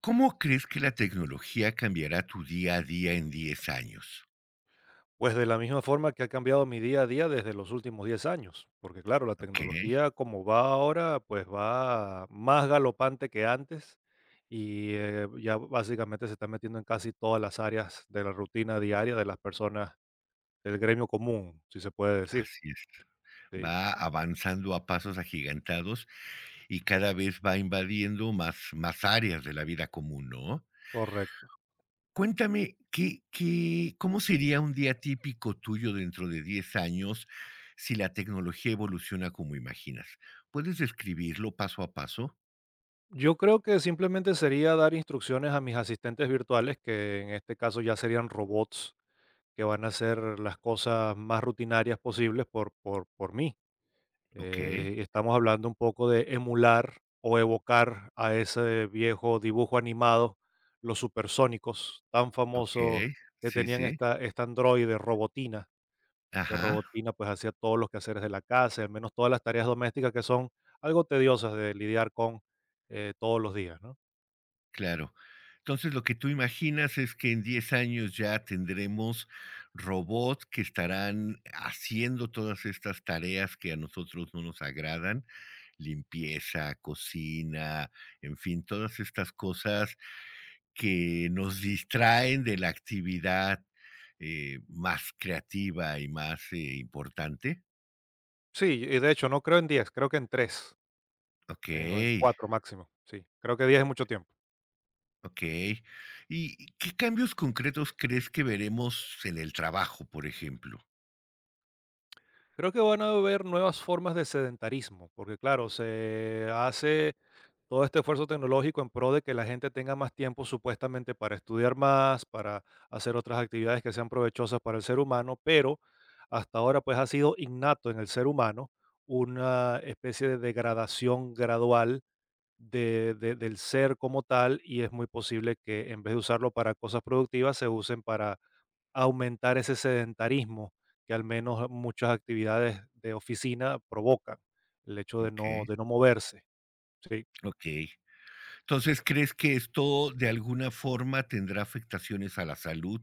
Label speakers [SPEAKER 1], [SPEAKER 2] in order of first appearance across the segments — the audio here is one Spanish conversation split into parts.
[SPEAKER 1] ¿Cómo crees que la tecnología cambiará tu día a día en 10 años?
[SPEAKER 2] Pues de la misma forma que ha cambiado mi día a día desde los últimos 10 años, porque claro, la
[SPEAKER 1] Okey,
[SPEAKER 2] tecnología como va ahora, pues va más galopante que antes y ya básicamente se está metiendo en casi todas las áreas de la rutina diaria de las personas del gremio común, si se puede decir.
[SPEAKER 1] así es.
[SPEAKER 2] Sí,
[SPEAKER 1] Va avanzando a pasos agigantados y cada vez va invadiendo más áreas de la vida común, ¿no?
[SPEAKER 2] correcto.
[SPEAKER 1] Cuéntame, ¿¿qué cómo sería un día típico tuyo dentro de 10 años si la tecnología evoluciona como imaginas? ¿Puedes describirlo paso a paso?
[SPEAKER 2] Yo creo que simplemente sería dar instrucciones a mis asistentes virtuales, que en este caso ya serían robots que van a hacer las cosas más rutinarias posibles por mí.
[SPEAKER 1] ¿Ok?
[SPEAKER 2] Estamos hablando un poco de emular o evocar a ese viejo dibujo animado, los Supersónicos, tan famosos,
[SPEAKER 1] Okey.
[SPEAKER 2] que
[SPEAKER 1] Sí,
[SPEAKER 2] tenían
[SPEAKER 1] sí.
[SPEAKER 2] esta androide Robotina, que
[SPEAKER 1] Ajá.
[SPEAKER 2] Robotina pues hacía todos los quehaceres de la casa, al menos todas las tareas domésticas que son algo tediosas de lidiar con, todos los días, ¿no?
[SPEAKER 1] Claro. Entonces, lo que tú imaginas es que en 10 años ya tendremos robots que estarán haciendo todas estas tareas que a nosotros no nos agradan, limpieza, cocina, en fin, todas estas cosas que nos distraen de la actividad más creativa y más importante.
[SPEAKER 2] Sí, y de hecho no creo en 10, creo que en 3,
[SPEAKER 1] Ok,
[SPEAKER 2] o en 4 máximo, sí, creo que 10 es mucho tiempo.
[SPEAKER 1] ok. ¿Y qué cambios concretos crees que veremos en el trabajo, por ejemplo?
[SPEAKER 2] Creo que van a haber nuevas formas de sedentarismo, porque claro, se hace todo este esfuerzo tecnológico en pro de que la gente tenga más tiempo supuestamente para estudiar más, para hacer otras actividades que sean provechosas para el ser humano, pero hasta ahora pues ha sido innato en el ser humano una especie de degradación gradual del ser como tal, y es muy posible que en vez de usarlo para cosas productivas se usen para aumentar ese sedentarismo que al menos muchas actividades de oficina provocan, el hecho
[SPEAKER 1] Okey,
[SPEAKER 2] de no moverse. Sí.
[SPEAKER 1] okey. Entonces, ¿crees que esto de alguna forma tendrá afectaciones a la salud?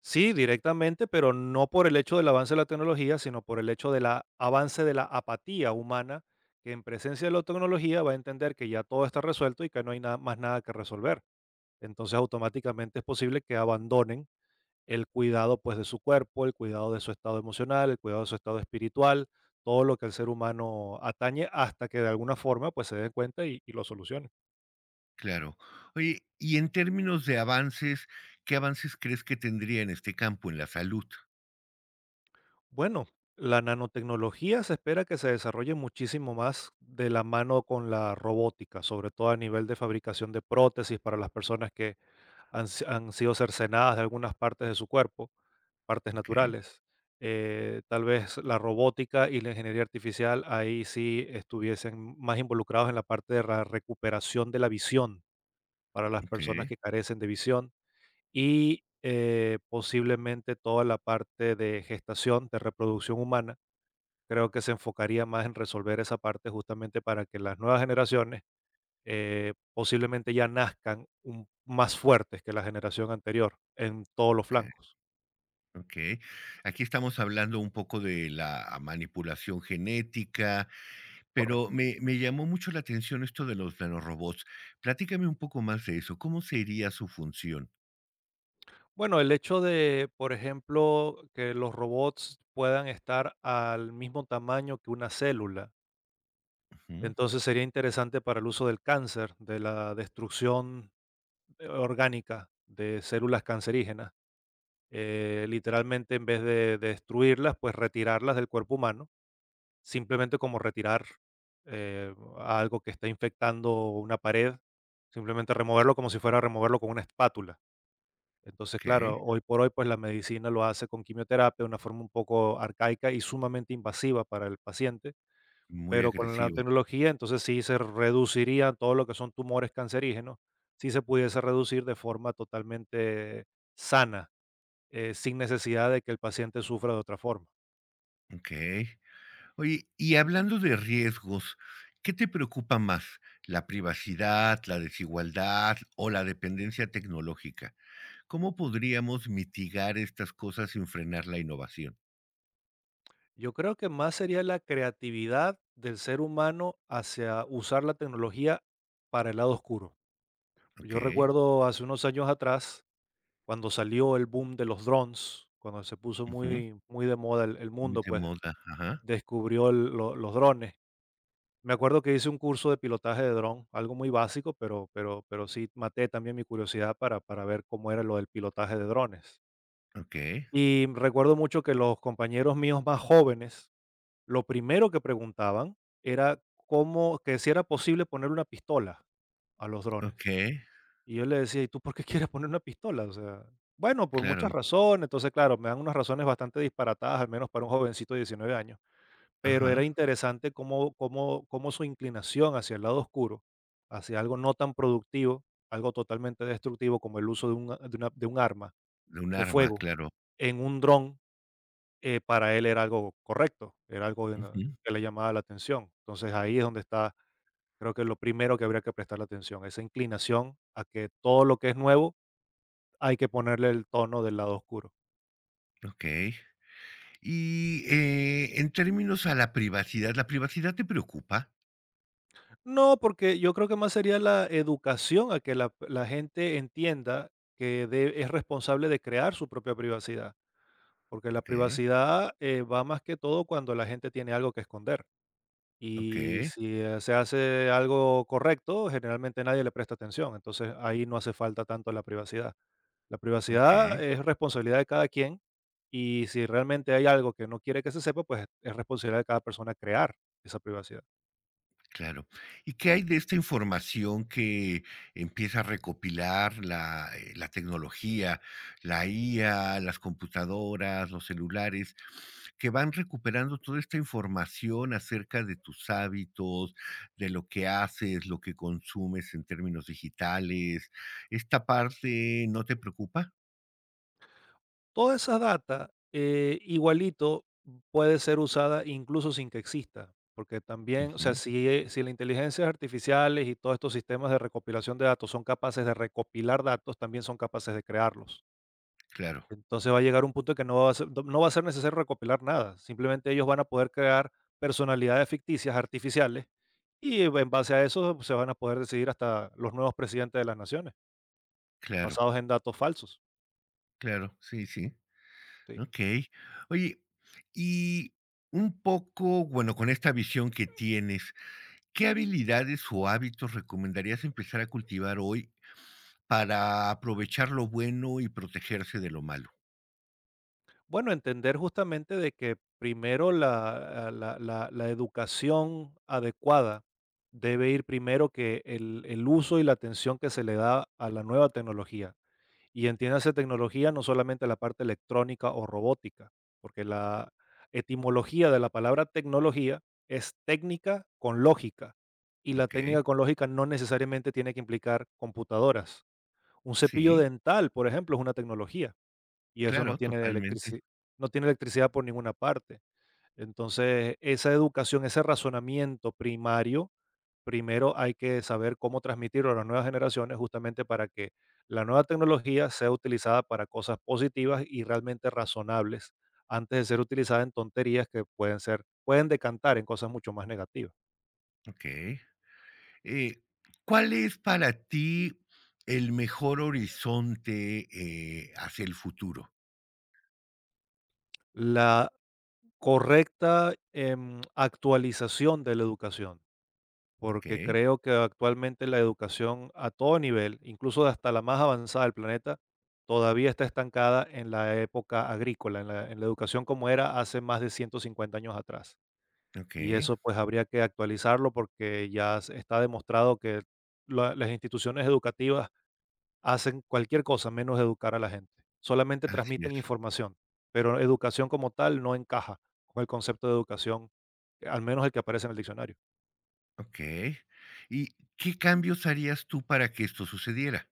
[SPEAKER 2] Sí, directamente, pero no por el hecho del avance de la tecnología, sino por el hecho del avance de la apatía humana, que en presencia de la tecnología va a entender que ya todo está resuelto y que no hay nada, más nada que resolver. Entonces, automáticamente es posible que abandonen el cuidado pues de su cuerpo, el cuidado de su estado emocional, el cuidado de su estado espiritual, todo lo que el ser humano atañe hasta que de alguna forma pues se den cuenta y lo solucionen.
[SPEAKER 1] Claro. Oye, y en términos de avances, ¿qué avances crees que tendría en este campo, en la salud?
[SPEAKER 2] Bueno, la nanotecnología se espera que se desarrolle muchísimo más de la mano con la robótica, sobre todo a nivel de fabricación de prótesis para las personas que han, si- han sido cercenadas de algunas partes de su cuerpo, partes
[SPEAKER 1] Okey,
[SPEAKER 2] naturales. Tal vez la robótica y la ingeniería artificial ahí sí estuviesen más involucrados en la parte de la recuperación de la visión para las personas
[SPEAKER 1] okey,
[SPEAKER 2] que carecen de visión, y posiblemente toda la parte de gestación, de reproducción humana, creo que se enfocaría más en resolver esa parte justamente para que las nuevas generaciones posiblemente ya nazcan más fuertes que la generación anterior en todos los
[SPEAKER 1] okey.
[SPEAKER 2] flancos.
[SPEAKER 1] Okey. Aquí estamos hablando un poco de la manipulación genética, pero
[SPEAKER 2] Correcto.
[SPEAKER 1] me llamó mucho la atención esto de los nanorobots. Platícame un poco más de eso, ¿cómo sería su función?
[SPEAKER 2] Bueno, el hecho de, por ejemplo, que los robots puedan estar al mismo tamaño que una célula,
[SPEAKER 1] Ujú,
[SPEAKER 2] entonces sería interesante para el uso del cáncer, de la destrucción orgánica de células cancerígenas. Literalmente, en vez de destruirlas, pues retirarlas del cuerpo humano, simplemente como retirar eh, algo que está infectando una pared, simplemente removerlo como si fuera a removerlo con una espátula. Entonces, claro,
[SPEAKER 1] okey,
[SPEAKER 2] hoy por hoy, pues la medicina lo hace con quimioterapia de una forma un poco arcaica y sumamente invasiva para el paciente,
[SPEAKER 1] muy
[SPEAKER 2] pero con la
[SPEAKER 1] agresiva,
[SPEAKER 2] tecnología, entonces sí se reduciría todo lo que son tumores cancerígenos, sí se pudiese reducir de forma totalmente sana, sin necesidad de que el paciente sufra de otra forma.
[SPEAKER 1] okey. Oye, y hablando de riesgos, ¿qué te preocupa más? ¿La privacidad, la desigualdad o la dependencia tecnológica? ¿Cómo podríamos mitigar estas cosas sin frenar la innovación?
[SPEAKER 2] Yo creo que más sería la creatividad del ser humano hacia usar la tecnología para el lado oscuro. Yo
[SPEAKER 1] Okey,
[SPEAKER 2] recuerdo hace unos años atrás, cuando salió el boom de los drones, cuando se puso muy, muy de moda, el
[SPEAKER 1] muy
[SPEAKER 2] mundo
[SPEAKER 1] de
[SPEAKER 2] pues
[SPEAKER 1] moda, ajá.
[SPEAKER 2] descubrió los drones. Me acuerdo que hice un curso de pilotaje de dron, algo muy básico, pero sí maté también mi curiosidad para ver cómo era lo del pilotaje de drones.
[SPEAKER 1] Okey,
[SPEAKER 2] Y recuerdo mucho que los compañeros míos más jóvenes, lo primero que preguntaban era cómo que si era posible poner una pistola a los drones.
[SPEAKER 1] okey,
[SPEAKER 2] Y yo les decía: "¿Y tú por qué quieres poner una pistola?". O sea, bueno, por muchas
[SPEAKER 1] claro,
[SPEAKER 2] razones. Entonces, claro, me dan unas razones bastante disparatadas, al menos para un jovencito de 19 años. Pero era
[SPEAKER 1] ajá.
[SPEAKER 2] interesante cómo su inclinación hacia el lado oscuro, hacia algo no tan productivo, algo totalmente destructivo como el uso de un a- de una de un arma
[SPEAKER 1] De un
[SPEAKER 2] de
[SPEAKER 1] arma,
[SPEAKER 2] fuego
[SPEAKER 1] claro.
[SPEAKER 2] en un dron, para él era algo correcto, era algo de na
[SPEAKER 1] Ujú,
[SPEAKER 2] que le llamaba la atención. Entonces, ahí es donde está, creo que lo primero que habría que prestarle atención, esa inclinación a que todo lo que es nuevo hay que ponerle el tono del lado oscuro.
[SPEAKER 1] okey. Y, en términos a ¿la privacidad te preocupa?
[SPEAKER 2] No, porque yo creo que más sería la educación a que la gente entienda que es responsable de crear su propia privacidad, porque la
[SPEAKER 1] Okey,
[SPEAKER 2] privacidad va más que todo cuando la gente tiene algo que esconder. Y
[SPEAKER 1] okey,
[SPEAKER 2] si se hace algo correcto, generalmente nadie le presta atención, entonces ahí no hace falta tanto la privacidad. La privacidad
[SPEAKER 1] okey.
[SPEAKER 2] es responsabilidad de cada quien, y si realmente hay algo que no quiere que se sepa, pues es responsabilidad de cada persona crear esa privacidad.
[SPEAKER 1] Claro. ¿Y qué hay de esta información que empieza a recopilar la tecnología, la IA, las computadoras, los celulares, que van recuperando toda esta información acerca de tus hábitos, de lo que haces, lo que consumes en términos digitales? ¿Esta parte no te preocupa?
[SPEAKER 2] Toda esa data, igualito puede ser usada incluso sin que exista, porque también, o sea,
[SPEAKER 1] Ujú,
[SPEAKER 2] si las inteligencias artificiales y todos estos sistemas de recopilación de datos son capaces de recopilar datos, también son capaces de crearlos.
[SPEAKER 1] claro,
[SPEAKER 2] Entonces va a llegar un punto que no va a ser necesario recopilar nada, simplemente ellos van a poder crear personalidades ficticias, artificiales, y en base a eso se van a poder decidir hasta los nuevos presidentes de las naciones,
[SPEAKER 1] claro,
[SPEAKER 2] basados en datos falsos.
[SPEAKER 1] claro, sí, sí.
[SPEAKER 2] ¿Sí?
[SPEAKER 1] Okey. Oye, y un poco, bueno, con esta visión que tienes, ¿qué habilidades o hábitos recomendarías empezar a cultivar hoy para aprovechar lo bueno y protegerse de lo malo?
[SPEAKER 2] Bueno, entender justamente de que primero la educación adecuada debe ir primero que el uso y la atención que se le da a la nueva tecnología. Y entiéndase tecnología no solamente la parte electrónica o robótica, porque la etimología de la palabra tecnología es técnica con lógica. Y la
[SPEAKER 1] Okey.
[SPEAKER 2] técnica con lógica no necesariamente tiene que implicar computadoras. Un cepillo
[SPEAKER 1] Sí,
[SPEAKER 2] dental, por ejemplo, es una tecnología y eso no
[SPEAKER 1] claro,
[SPEAKER 2] tiene
[SPEAKER 1] totalmente.
[SPEAKER 2] electrici no tiene electricidad por ninguna parte. Entonces, esa educación, ese razonamiento primario, primero hay que saber cómo transmitirlo a las nuevas generaciones justamente para que la nueva tecnología sea utilizada para cosas positivas y realmente razonables antes de ser utilizada en tonterías que pueden ser pueden decantar en cosas mucho más negativas.
[SPEAKER 1] Okey. Eh, ¿Cuál es para ti el mejor horizonte, hacia el futuro?
[SPEAKER 2] La correcta, actualización de la educación. Porque
[SPEAKER 1] Okey,
[SPEAKER 2] creo que actualmente la educación a todo nivel, incluso de hasta la más avanzada del planeta, todavía está estancada en la época agrícola, en la educación como era hace más de 150 años atrás. Y
[SPEAKER 1] okey,
[SPEAKER 2] eso pues habría que actualizarlo porque ya está demostrado que las instituciones educativas hacen cualquier cosa menos educar a la gente. Solamente
[SPEAKER 1] así
[SPEAKER 2] transmiten
[SPEAKER 1] es.
[SPEAKER 2] información, pero educación como tal no encaja con el concepto de educación, al menos el que aparece en el diccionario.
[SPEAKER 1] Okey. ¿Y qué cambios harías tú para que esto sucediera?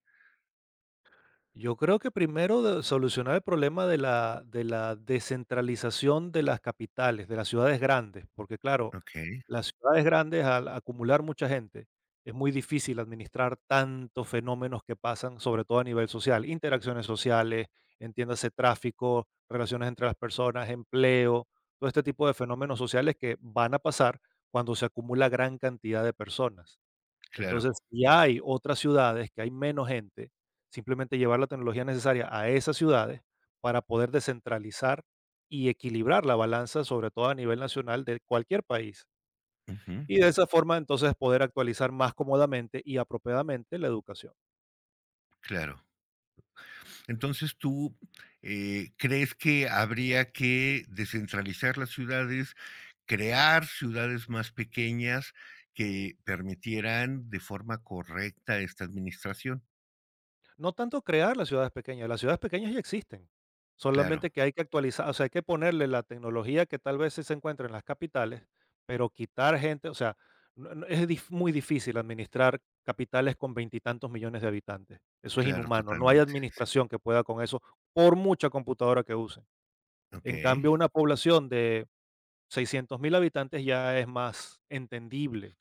[SPEAKER 2] Yo creo que primero solucionar el problema de la descentralización de las capitales, de las ciudades grandes, porque claro,
[SPEAKER 1] Okey,
[SPEAKER 2] las ciudades grandes al acumular mucha gente es muy difícil administrar tantos fenómenos que pasan, sobre todo a nivel social, interacciones sociales, entiéndase tráfico, relaciones entre las personas, empleo, todo este tipo de fenómenos sociales que van a pasar cuando se acumula gran cantidad de personas.
[SPEAKER 1] claro.
[SPEAKER 2] Entonces, si hay otras ciudades que hay menos gente, simplemente llevar la tecnología necesaria a esas ciudades para poder descentralizar y equilibrar la balanza, sobre todo a nivel nacional de cualquier país.
[SPEAKER 1] Ujú,
[SPEAKER 2] Y de esa forma, entonces, poder actualizar más cómodamente y apropiadamente la educación.
[SPEAKER 1] claro. Entonces, tú, ¿crees que habría que descentralizar las ciudades, crear ciudades más pequeñas que permitieran de forma correcta esta administración?
[SPEAKER 2] No tanto crear las ciudades pequeñas ya existen,
[SPEAKER 1] Claro,
[SPEAKER 2] solamente que hay que actualizar, o sea, hay que ponerle la tecnología que tal vez sí se encuentra en las capitales, pero quitar gente, o sea, muy difícil administrar capitales con veintitantos millones de habitantes. Eso es
[SPEAKER 1] claro,
[SPEAKER 2] inhumano, no hay
[SPEAKER 1] totalmente.
[SPEAKER 2] administración que pueda con eso, por mucha computadora que usen. En
[SPEAKER 1] Okey,
[SPEAKER 2] cambio, una población de 600.000 habitantes ya es más entendible,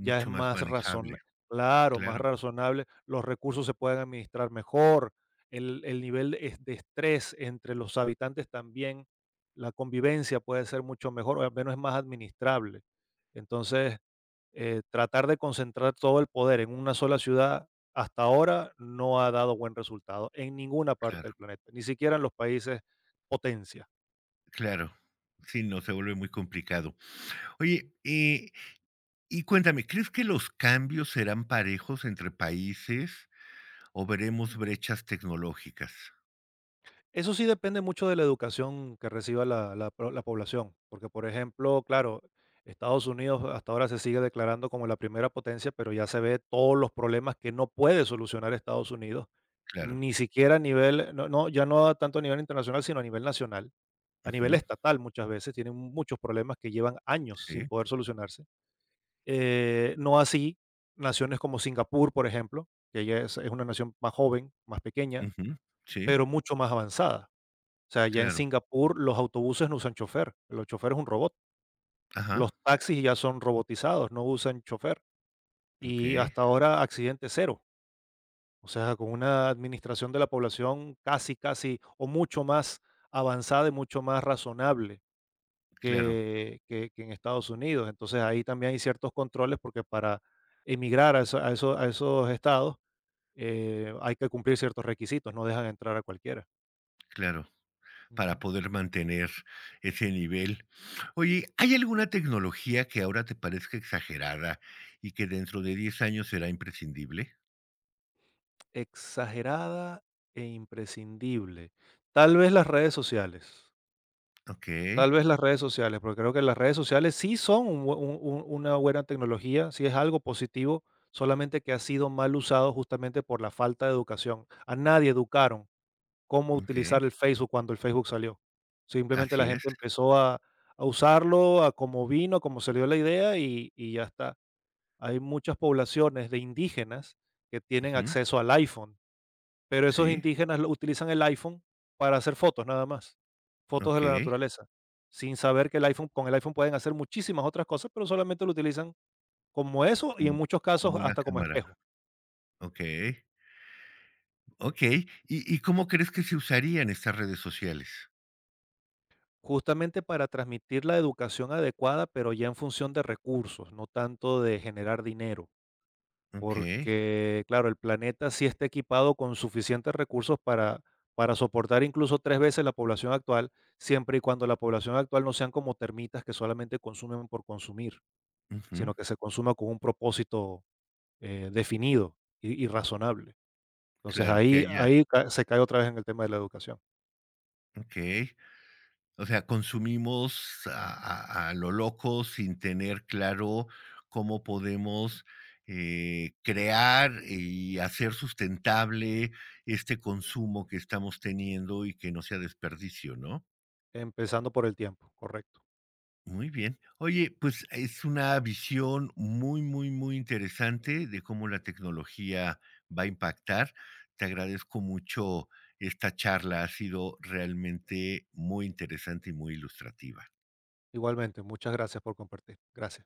[SPEAKER 2] ya es
[SPEAKER 1] más
[SPEAKER 2] más
[SPEAKER 1] manejable.
[SPEAKER 2] razon claro, más
[SPEAKER 1] Claro,
[SPEAKER 2] razonable, los recursos se pueden administrar mejor, el nivel de es de estrés entre los habitantes también, la convivencia puede ser mucho mejor, o al menos es más administrable. Entonces, tratar de concentrar todo el poder en una sola ciudad, hasta ahora no ha dado buen resultado en ninguna parte
[SPEAKER 1] claro,
[SPEAKER 2] del planeta, ni siquiera en los países potencia.
[SPEAKER 1] claro. Sí, no, se vuelve muy complicado. Oye, y cuéntame, ¿crees que los cambios serán parejos entre países o veremos brechas tecnológicas?
[SPEAKER 2] Eso sí depende mucho de la educación que reciba la la pro la población, porque, por ejemplo, claro, Estados Unidos hasta ahora se sigue declarando como la primera potencia, pero ya se ve todos los problemas que no puede solucionar Estados Unidos,
[SPEAKER 1] Claro.
[SPEAKER 2] ni siquiera a nivel, no no, ya no tanto a nivel internacional, sino a nivel nacional, a nivel
[SPEAKER 1] Ujú,
[SPEAKER 2] estatal muchas veces, tienen muchos problemas que llevan años sin
[SPEAKER 1] sí,
[SPEAKER 2] poder solucionarse. No así naciones como Singapur, por ejemplo, que ya es una nación más joven, más pequeña,
[SPEAKER 1] ujú, sí,
[SPEAKER 2] pero mucho más avanzada. O sea, ya en
[SPEAKER 1] claro.
[SPEAKER 2] Singapur los autobuses no usan chofer, los chofer es un robot. Los
[SPEAKER 1] Ajá,
[SPEAKER 2] taxis ya son robotizados, no usan chofer. Y
[SPEAKER 1] okey.
[SPEAKER 2] hasta ahora accidente cero. O sea, con una administración de la población casi, casi o mucho más avanzada y mucho más razonable
[SPEAKER 1] Claro,
[SPEAKER 2] que en Estados Unidos. Entonces ahí también hay ciertos controles porque para emigrar a esos estados, hay que cumplir ciertos requisitos, no dejan entrar a cualquiera.
[SPEAKER 1] claro, para
[SPEAKER 2] Ujú.
[SPEAKER 1] poder mantener ese nivel. Oye, ¿hay alguna tecnología que ahora te parezca exagerada y que dentro de 10 años será imprescindible?
[SPEAKER 2] Exagerada e imprescindible. Tal vez las redes sociales,
[SPEAKER 1] Okey,
[SPEAKER 2] tal vez las redes sociales, porque creo que las redes sociales sí son un bue un una buena tecnología, sí es algo positivo, solamente que ha sido mal usado justamente por la falta de educación. A nadie educaron cómo
[SPEAKER 1] okey,
[SPEAKER 2] utilizar el Facebook cuando el Facebook salió. Simplemente la
[SPEAKER 1] así es.
[SPEAKER 2] gente empezó a usarlo a como vino, a como se le dio la idea y ya está. Hay muchas poblaciones de indígenas que tienen
[SPEAKER 1] Ujú,
[SPEAKER 2] acceso al iPhone. Pero esos
[SPEAKER 1] sí,
[SPEAKER 2] indígenas lo utilizan el iPhone para hacer fotos nada más, fotos de la
[SPEAKER 1] okey,
[SPEAKER 2] naturaleza, sin saber que el iPhone con el iPhone pueden hacer muchísimas otras cosas, pero solamente lo utilizan como eso y en
[SPEAKER 1] como
[SPEAKER 2] muchos casos
[SPEAKER 1] como una
[SPEAKER 2] hasta como
[SPEAKER 1] cámara.
[SPEAKER 2] espejo,
[SPEAKER 1] Okey. Okey, y cómo crees que se usarían estas redes sociales?
[SPEAKER 2] justamente para transmitir la educación adecuada, pero ya en función de recursos, no tanto de generar dinero.
[SPEAKER 1] Okey,
[SPEAKER 2] Porque, claro, el planeta sí está equipado con suficientes recursos para soportar incluso 3 veces la población actual, siempre y cuando la población actual no sean como termitas que solamente consumen por consumir,
[SPEAKER 1] ujú,
[SPEAKER 2] sino que se consuma con un propósito definido y razonable. Entonces
[SPEAKER 1] claro, que
[SPEAKER 2] ahí,
[SPEAKER 1] haya
[SPEAKER 2] se cae otra vez en el tema de la educación,
[SPEAKER 1] okey. O sea, consumimos a lo loco sin tener claro cómo podemos, crear y hacer sustentable este consumo que estamos teniendo y que no sea desperdicio, ¿no?
[SPEAKER 2] empezando por el tiempo, correcto.
[SPEAKER 1] Muy bien. Oye, pues es una visión muy, muy, muy interesante de cómo la tecnología va a impactar. Te agradezco mucho esta charla, ha sido realmente muy interesante y muy ilustrativa.
[SPEAKER 2] Igualmente, muchas gracias por compartir. Gracias.